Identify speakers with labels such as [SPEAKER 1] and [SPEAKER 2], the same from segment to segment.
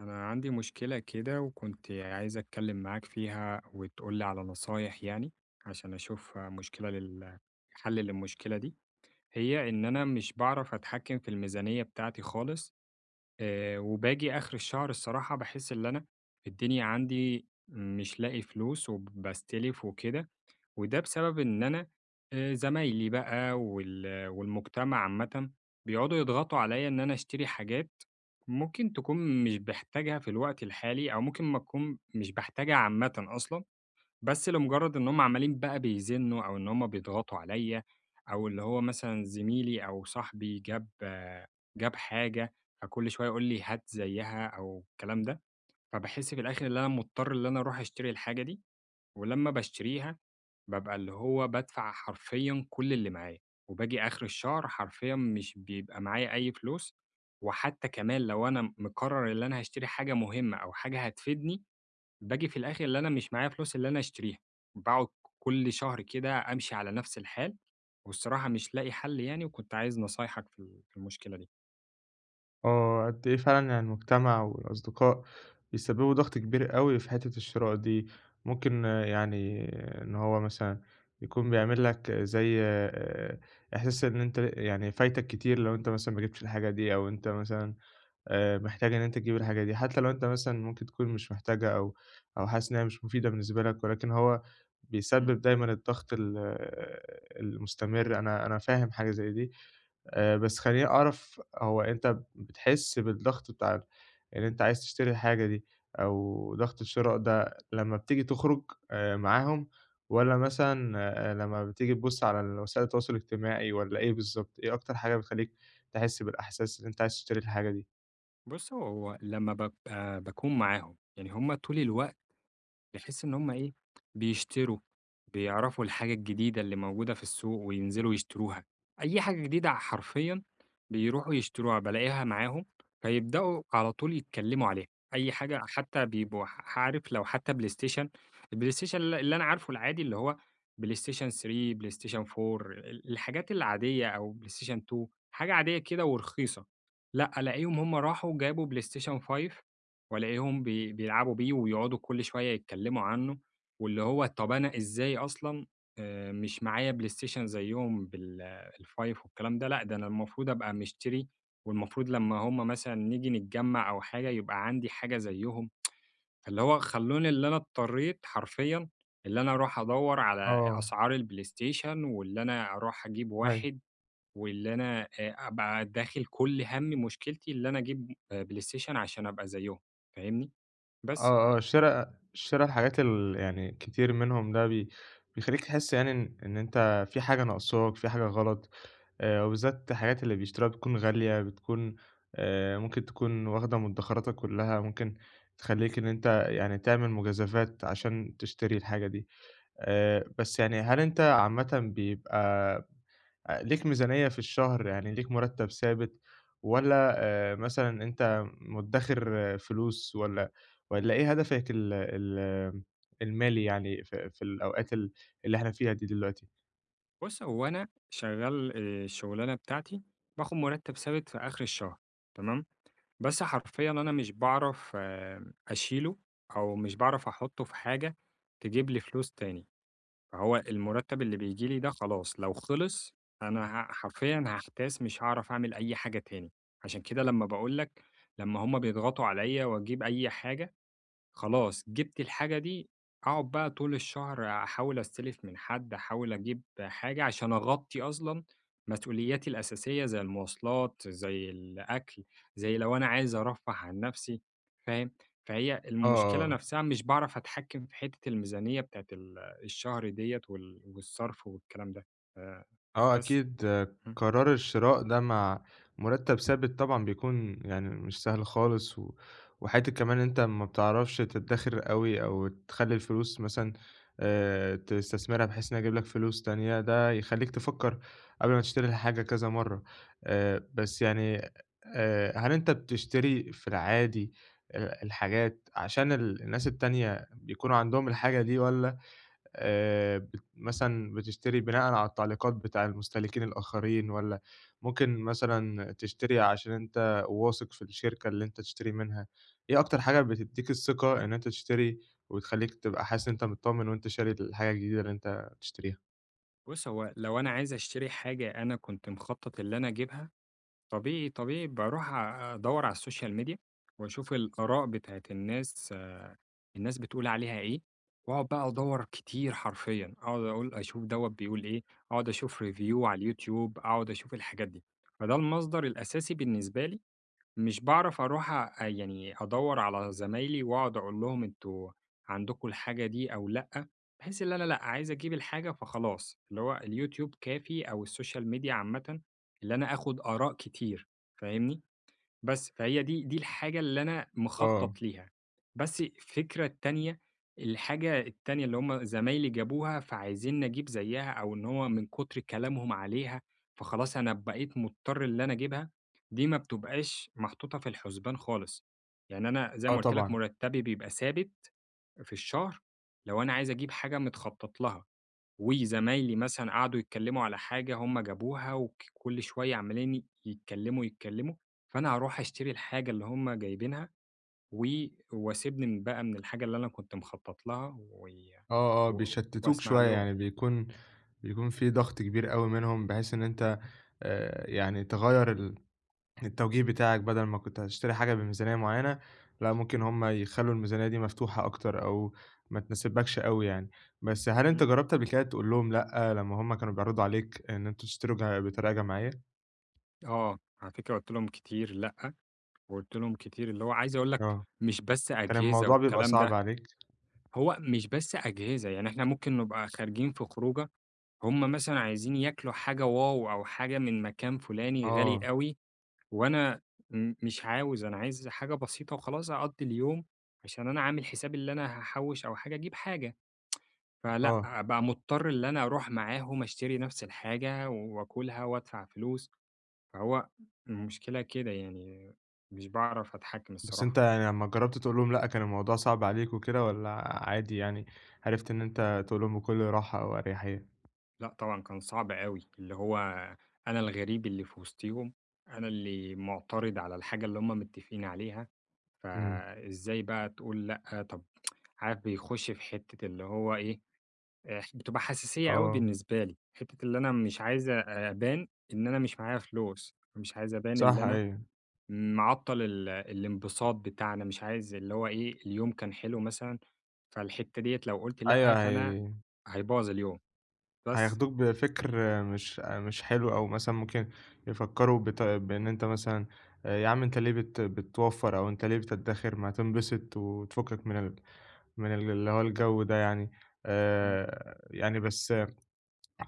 [SPEAKER 1] أنا عندي مشكلة كده وكنت عايز أتكلم معاك فيها وتقولي على نصايح يعني. عشان أشوف مشكلة حل للمشكلة دي. هي إن أنا مش بعرف أتحكم في الميزانية بتاعتي خالص. أه، وباجي آخر الشهر الصراحة بحس إن أنا الدنيا عندي مش لاقي فلوس وبستلف وكده. وده بسبب إن أنا زمايلي بقى والمجتمع عامةً بيقعدوا يضغطوا عليّا إن أنا أشتري حاجات ممكن تكون مش باحتاجها في الوقت الحالي، أو ممكن ما أكون مش باحتاجها عامةً أصلًا، بس لمجرد إن هم عمالين بقى بيزنوا أو إن هم بيضغطوا عليّا، أو اللي هو مثلًا زميلي أو صاحبي جاب جاب حاجة، فكل شوية يقول لي هات زيّها أو الكلام ده، فباحس في الآخر إن أنا مضطر إن أنا أروح أشتري الحاجة دي. ولمّا باشتريها، بابقى اللي هو بادفع حرفيًا كل اللي معايا، وباجي آخر الشهر حرفيًا مش بيبقى معايا أي فلوس، وحتى كمان لو أنا مقرر اللي أنا هاشتري حاجة مهمة أو حاجة هتفيدني، باجي في الآخر اللي أنا مش معايا فلوس اللي أنا أشتريها، باقعد كل شهر كده أمشي على نفس الحال، والصراحة مش لاقي حل يعني، وكنت عايز نصايحك في في المشكلة دي.
[SPEAKER 2] آه، قد إيه فعلًا يعني المجتمع والأصدقاء بيسببوا ضغط كبير أوي في حتة الشراء دي. ممكن إن هو مثلًا يكون بيعمل لك آه، زي إحساس إن أنت يعني فايتك كتير لو أنت مثلًا ما جبتش الحاجة دي، أو أنت مثلًا محتاج إن أنت تجيب الحاجة دي، حتى لو أنت مثلًا ممكن تكون مش محتاجها أو حاسس إن هي مش مفيدة بالنسبة لك، ولكن هو
[SPEAKER 1] إمم.
[SPEAKER 2] بيسبب دايمًا الضغط ال آه، المستمر. أنا فاهم حاجة زي دي. بس خلّيني أعرف، هو أنت بتحس بالضغط إن أنت عايز تشتري الحاجة دي، أو ضغط الشراء ده لمّا بتيجي تخرج معاهم، والّا مثلًا لمّا بتيجي تبُص على وسائل التواصل الاجتماعي، والّا إيه بالضبط؟ إيه أكتر حاجة بتخلّيك تحس بالإحساس إن أنت عايز تشتري الحاجة دي؟
[SPEAKER 1] بُص، هو لمّا بابقى باكون معاهم، يعني هُم طول الوقت بحيث إن هم إيه، بيشتروا، بيعرفوا الحاجة الجديدة اللي موجودة في السوق وينزلوا يشتروها، أي حاجة جديدة حرفيًا بيروحوا يشتروها، بالاقيها معاهم فيبدأوا على طول يتكلموا عليها، أي حاجة حتى بيبقوا عارف، لو حتى بلايستيشن، البلايستيشن اللي أنا عارفه العادي اللي هو بلايستيشن 3، بلايستيشن 4، الحاجات العادية، أو بلايستيشن 2 حاجة عادية كده ورخيصة، لأ ألاقيهم هم راحوا جابوا بلايستيشن 5 والاقيهم بيلعبوا بيه ويقعدوا كل شوية يتكلموا عنه، واللي هو طَب أنا إزاي أصلًا مش معايا PlayStation زيّهم ال5 والكلام ده، لأ ده أنا المفروض أبقى مشتري، والمفروض لمّا هم مثلًا نيجي نتجمّع أو حاجة يبقى عندي حاجة زيّهم، فاللي هو خلّوني اللي أنا اضطريت حرفيًا اللي أنا أروح أدوّر على
[SPEAKER 2] آه،
[SPEAKER 1] أسعار الPlayStation واللي أنا أروح أجيب
[SPEAKER 2] أيوه.
[SPEAKER 1] واحد، واللي أنا أبقى داخل كل هَمّي مشكلتي اللي أنا أجيب PlayStation عشان أبقى زيّهم، فاهمني؟ بس، آه.
[SPEAKER 2] آه، آه. شرا الحاجات يعني كتير منهم ده بيخلّيك تحس يعني إن أنت في حاجة ناقصاك، في حاجة غلط. وبالذات الحاجات اللي بيشتروها بتكون غالية، بتكون ممكن تكون واخدة مدخراتك كلّها، ممكن تخلّيك إن أنت يعني تعمل مجازفات عشان تشتري الحاجة دي. بس يعني، هل أنت عامةً بيبقى ليك ميزانية في الشهر، يعني ليك مرتب ثابت، والّا مثلًا أنت مدّخر فلوس، والّا والّا إيه هدفك ال ال المالي يعني في الأوقات اللي إحنا فيها دي دلوقتي؟
[SPEAKER 1] بُص، هو أنا شغّال الشغلانة بتاعتي باخد مُرتّب ثابت في آخر الشهر، تمام، بس حرفيًا أنا مش باعرف أشيله أو مش باعرف أحُطّه في حاجة تجيب لي فلوس تاني، فهو المُرتّب اللي بييجي لي ده خلاص لو خلص أنا حرفيًا هاحتاس مش هاعرف أعمل أي حاجة تاني، عشان كده لمّا باقول لك لمّا هُم بيضغطوا عليّا وأجيب أي حاجة خلاص جِبت الحاجة دي، أقعد بقى طول الشهر أحاول أستلف من حد، أحاول أجيب حاجة عشان أغطّي أصلًا مسؤولياتي الأساسية زي المواصلات، زي الأكل، زي لو أنا عايز أرفّه عن نَفْسي، فاهم؟ فهي
[SPEAKER 2] آه،
[SPEAKER 1] المشكلة
[SPEAKER 2] آه.
[SPEAKER 1] نَفْسها مش باعرف أتحكّم في حتّة الميزانية بتاعة الشهر ديّة والصرف والكلام ده، آآ
[SPEAKER 2] آه
[SPEAKER 1] بس.
[SPEAKER 2] أكيد.
[SPEAKER 1] إمم.
[SPEAKER 2] قرار الشراء ده مع مُرتّب ثابت طبعًا بيكون يعني مش سهل خالص، و وحتّة كمان إن أنت ما بتعرفش تدّخر أوي، أو تخلّي الفلوس مثلًا تستثمرها بحيث إنها تجيب لك فلوس تانية، ده يخلّيك تفكّر قبل ما تشتري الحاجة كذا مرّة. بس يعني، هل أنت بتشتري في العادي الحاجات عشان الناس التانية بيكونوا عندهم الحاجة دي، والّا بت مثلًا بتشتري بناءً على التعليقات بتاع المستهلكين الآخرين، والّا ممكن مثلًا تشتري عشان أنت واثق في الشركة اللي أنت تشتري منها؟ إيه أكتر حاجة بتدّيك الثقة إن أنت تشتري، وبتخلّيك تبقى حاسس إن أنت متطمن وأنت شاري الحاجة الجديدة اللي أنت تشتريها؟
[SPEAKER 1] بُص، هو لو أنا عايز أشتري حاجة أنا كنت مخطّط اللي أنا أجيبها طبيعي، طبيعي باروح أدوّر على السوشيال ميديا وأشوف الآراء بتاعة الناس، الناس بتقول عليها إيه، وأقعد بقى أدوّر كتير حرفيًا، أقعد أقول أشوف دوّة بيقول إيه، أقعد أشوف review على اليوتيوب، أقعد أشوف الحاجات دي، فده المصدر الأساسي بالنسبة لي. مش باعرف أروح يعني أدوّر على زمايلي وأقعد أقول لهم أنتم عندكم الحاجة دي أو لأ، باحس إن أنا لأ، عايز أجيب الحاجة فخلاص، اللي هو اليوتيوب كافي أو السوشيال ميديا عامةً، اللي أنا آخُد آراء كتير، فاهمني؟ بس، فهي دي الحاجة اللي أنا
[SPEAKER 2] آه،
[SPEAKER 1] مخطّط ليها. بس الفكرة التانية، الحاجة التانية اللي هُم زمايلي جابوها فعايزين أجيب زيّها، أو إن هو من كتر كلامهم عليها، فخلاص أنا بقيت مضطر اللي أنا أجيبها، دي ما بتبقاش محطوطة في الحسبان خالص، يعني أنا زي ما
[SPEAKER 2] آه
[SPEAKER 1] قُلت لك
[SPEAKER 2] طبعًا.
[SPEAKER 1] مُرتّبي بيبقى ثابت في الشهر لو أنا عايز أجيب حاجة متخطّط لها. وزمايلي مثلًا قعدوا يتكلّموا على حاجة هم جابوها كل شوية عمّالين يتكلّموا، يتكلّموا، فأنا هاروح أشتري الحاجة اللي هم جايبينها، و واسيبني من بقى من الحاجة اللي أنا كنت مخطّط لها، و
[SPEAKER 2] آه، آه
[SPEAKER 1] و
[SPEAKER 2] بيشتتوك
[SPEAKER 1] واسمع
[SPEAKER 2] شوية.
[SPEAKER 1] لهم.
[SPEAKER 2] يعني بيكون في ضغط كبير أوي منهم، بحيث إن أنت يعني تغيّر التوجيه بتاعك. بدل ما كنت هتشتري حاجة بميزانية معيّنة، لأ ممكن هم يخلّوا الميزانية دي مفتوحة أكتر، أو ما تناسبكش أوي يعني. بس هل أنت
[SPEAKER 1] إمم.
[SPEAKER 2] جرّبت قبل كده تقول لهم لأ، لمّا هم كانوا بيعرضوا عليك إن أنتم تشتروا بطريقة جماعية؟
[SPEAKER 1] آه، على فكرة قُلت لهم كتير لأ، وقُلت لهم كتير، اللي هو عايز أقول لك
[SPEAKER 2] آه.
[SPEAKER 1] مش بس
[SPEAKER 2] كان
[SPEAKER 1] أجهزة
[SPEAKER 2] الموضوع بيبقى
[SPEAKER 1] والكلام
[SPEAKER 2] صعب
[SPEAKER 1] ده.
[SPEAKER 2] عليك؟
[SPEAKER 1] هو مش بس أجهزة، يعني إحنا ممكن نبقى خارجين في خروجة، هم مثلًا عايزين ياكلوا حاجة واو أو حاجة من مكان فُلاني غالي
[SPEAKER 2] آه،
[SPEAKER 1] أوي، وأنا مش عاوز، أنا عايز حاجة بسيطة وخلاص أقضّي اليوم، عشان أنا عامل حسابي اللي أنا هاحوّش أو حاجة أجيب حاجة، فلأ،
[SPEAKER 2] آه.
[SPEAKER 1] أبقى مضطر اللي أنا أروح معاهم أشتري نفس الحاجة وآكلها وأدفع فلوس، فهو المشكلة كده يعني مش باعرف أتحكّم
[SPEAKER 2] بس أنت
[SPEAKER 1] الصراحة.
[SPEAKER 2] يعني لمّا جرّبت تقول لهم لأ، كان الموضوع صعب عليك وكده، والّا عادي يعني عرفت إن أنت تقول لهم بكل راحة وأريحية؟
[SPEAKER 1] لأ طبعًا كان صعب أوي، اللي هو أنا الغريب اللي في وسطيهم، أنا اللي مُعترض على الحاجة اللي هُم متّفقين عليها،
[SPEAKER 2] إمم.
[SPEAKER 1] فإزاي بقى تقول لأ، طب؟ عارف بيخُش في حتّة اللي هو إيه، بتبقى حساسية أوي
[SPEAKER 2] آه.
[SPEAKER 1] بالنسبة لي، حتّة اللي أنا مش عايز أبان إن أنا مش معايا فلوس، مش عايز أبان اللي
[SPEAKER 2] صح
[SPEAKER 1] أنا
[SPEAKER 2] أيوه.
[SPEAKER 1] معطّل الانبساط بتاعنا، مش عايز اللي هو إيه، اليوم كان حلو مثلًا، فالحتّة ديّة لو قُلت
[SPEAKER 2] أيوه،
[SPEAKER 1] لأ، فأنا
[SPEAKER 2] هي
[SPEAKER 1] هيبوظ اليوم، بس.
[SPEAKER 2] هياخدوك بفكر مش حلو، أو مثلًا ممكن يفكّروا بإن أنت مثلًا يا عم أنت ليه بتوفّر، أو أنت ليه بتدّخر، ما تنبسط وتفُكّك من ال من ال اللي هو الجو ده يعني.
[SPEAKER 1] إمم،
[SPEAKER 2] يعني بس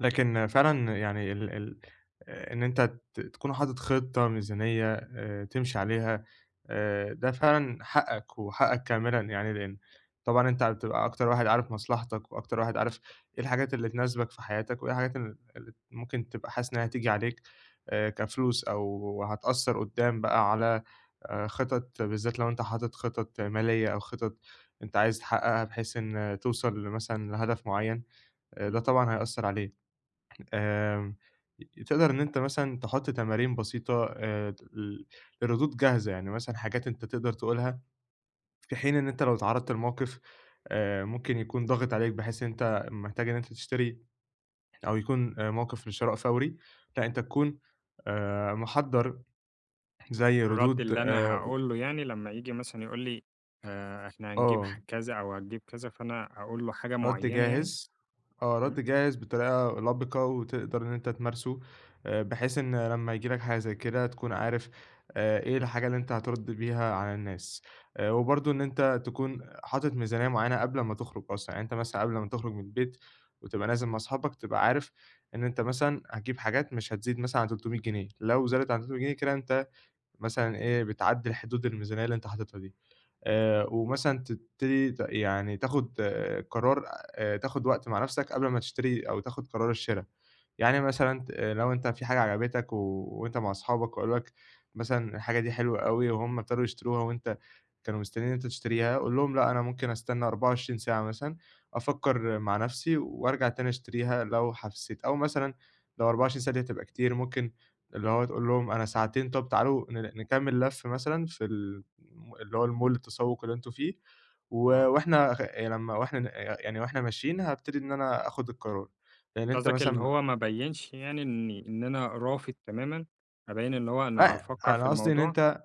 [SPEAKER 2] لكن فعلًا يعني ال ال إن أنت تكون حاطط خطة، ميزانية، تمشي عليها، ده فعلًا حقك وحقك كاملًا يعني. لإن طبعًا أنت بتبقى أكتر واحد عارف مصلحتك، وأكتر واحد عارف إيه الحاجات اللي تناسبك في حياتك، وإيه الحاجات اللي ممكن تبقى حاسس إنها هتيجي عليك كفلوس، أو هتأثّر قدّام بقى على خطط، بالذات لو أنت حاطط خطط مالية، أو خطط أنت عايز تحققها بحيث إن توصل مثلًا لهدف معيّن، ده
[SPEAKER 1] إمم.
[SPEAKER 2] طبعًا هيأثّر عليك. آمم، تقدر إن أنت مثلًا تحط تمارين بسيطة ل لردود جاهزة، يعني مثلًا حاجات أنت تقدر تقولها، في حين إن أنت لو اتعرضت لموقف ممكن يكون ضاغط عليك بحيث إن أنت محتاج إن أنت تشتري، أو يكون موقف لشراء فوري، لأ أنت تكون محضّر زي
[SPEAKER 1] الرَد
[SPEAKER 2] ردود
[SPEAKER 1] اللي أنا هاقول له يعني لمّا ييجي مثلًا يقول لي إحنا هنجيب
[SPEAKER 2] آه.
[SPEAKER 1] كذا أو هتجيب كذا، فأنا أقول له حاجة
[SPEAKER 2] رد
[SPEAKER 1] معيّنة يعني؟
[SPEAKER 2] جاهز. آه،
[SPEAKER 1] إمم،
[SPEAKER 2] رد جاهز بطريقة لبقة وتقدر إن أنت تمارسه. بحيث إن لمّا ييجي لك حاجة زي كده تكون عارف إيه الحاجة اللي أنت هترد بيها على الناس. وبرضه إن أنت تكون حاطط ميزانية معيّنة قبل ما تخرج أصلًا. يعني أنت مثلًا قبل ما تخرج من البيت وتبقى نازل مع أصحابك، تبقى عارف إن أنت مثلًا هتجيب حاجات مش هتزيد مثلًا عن 300 جنيه. لو زادت عن 300 جنيه كده، أنت مثلًا إيه بتعدّي الحدود، الميزانية اللي أنت حاططها دي.
[SPEAKER 1] إمم.
[SPEAKER 2] ومثلًا تبتدي يعني تاخُد قرار، تاخُد وقت مع نَفْسك قبل ما تشتري، أو تاخُد قرار الشِرا. يعني مثلًا لو أنت في حاجة عجبتك و وأنت مع أصحابك، وقالوا لك مثلًا الحاجة دي حلوة أوي، وهُم ابتدوا يشتروها، وأنت كانوا مستنيين إن أنت تشتريها، قُل لهم لأ، أنا ممكن أستنى 24 ساعة مثلًا، أفكّر مع نفسي وأرجع تاني أشتريها لو حسيت. أو مثلًا لو 24 ساعة دي هتبقى كتير، ممكن اللي هو تقول لهم أنا ساعتين. طَب تعالوا نكمّل لَف مثلًا في اللي هو المول التسوق اللي أنتم فيه، و
[SPEAKER 1] آه.
[SPEAKER 2] وإحنا خ يعني لمّا وإحنا ن يعني وإحنا ماشيين هابتدي إن أنا آخُد القرار، لإن أنت
[SPEAKER 1] قصدك اللي
[SPEAKER 2] مثلًا
[SPEAKER 1] هو ما بيّنش يعني إني إن أنا رافض تمامًا، أبيّن اللي هو أنا
[SPEAKER 2] لأ،
[SPEAKER 1] هافكّر في الموضوع.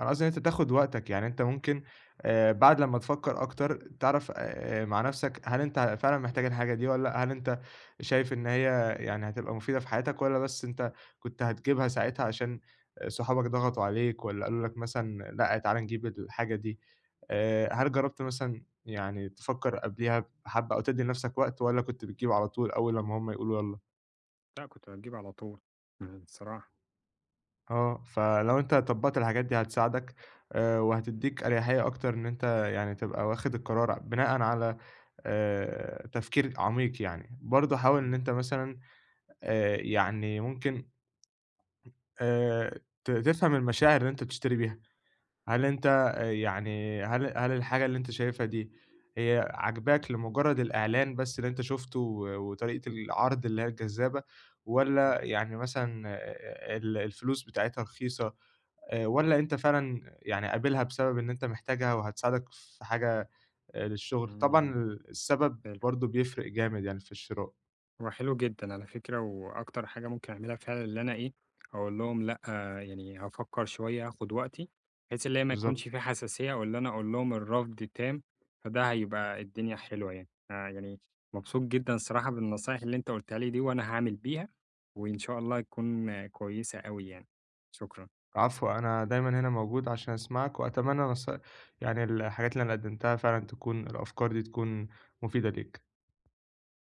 [SPEAKER 2] أنا قصدي إن أنت تاخد وقتك. يعني أنت ممكن بعد لمّا تفكّر أكتر تعرف مع نَفْسك هل أنت فعلًا محتاج الحاجة دي والّا لأ. هل أنت شايف إن هي يعني هتبقى مفيدة في حياتك، والّا بس أنت كنت هتجيبها ساعتها عشان صحابك ضغطوا عليك، والّا قالوا لك مثلًا لأ، تعالَ نجيب الحاجة دي. هل جرّبت مثلًا يعني تفكّر قبليها بحبّة، أو تدّي لنَفْسك وقت، والّا كنت بتجيب على طول أول لمّا هم يقولوا يالّا؟
[SPEAKER 1] لأ كنت هتجيب على طول، الصراحة.
[SPEAKER 2] آه، فلو أنت طبّقت الحاجات دي هتساعدك وهتدّيك أريحية أكتر إن أنت يعني تبقى واخد القرار بناءً على تفكير عميق يعني. برضه حاول إن
[SPEAKER 1] امم.
[SPEAKER 2] أنت مثلًا يعني ممكن ت تفهم المشاعر اللي أنت بتشتري بيها. هل أنت هل الحاجة اللي أنت شايفها دي هي عاجباك لمجرد الإعلان بس اللي أنت شُفته، و وطريقة العرض اللي هي الجذابة،
[SPEAKER 1] امم.
[SPEAKER 2] والّا يعني مثلًا ال الفلوس بتاعتها رخيصة؟ والّا أنت فعلًا يعني قابلها بسبب إن أنت محتاجها وهتساعدك في حاجة للشغل؟ طبعًا
[SPEAKER 1] امم.
[SPEAKER 2] السبب
[SPEAKER 1] حلو.
[SPEAKER 2] برضه بيفرق جامد يعني في الشراء.
[SPEAKER 1] هو حلو جدًا على فكرة، وأكتر حاجة ممكن أعملها فعلًا اللي أنا إيه، أقول لهم لأ، يعني هافكّر شوية، هاخد وقتي، بحيث اللي هي ما
[SPEAKER 2] بالضبط.
[SPEAKER 1] يكونش في حساسية أو اللي أنا أقول لهم الرفض تام، فده هيبقى الدنيا حلوة يعني. يعني مبسوط جدًا الصراحة بالنصايح اللي أنت قُلتها لي دي، وأنا هاعمل بيها، وإن شاء الله تكون آه، كويسة أوي يعني. شكرًا.
[SPEAKER 2] العفو، أنا دايمًا هنا موجود عشان أسمعك، وأتمنى يعني الحاجات اللي أنا قدمتها فعلًا، تكون الأفكار دي تكون مفيدة ليك.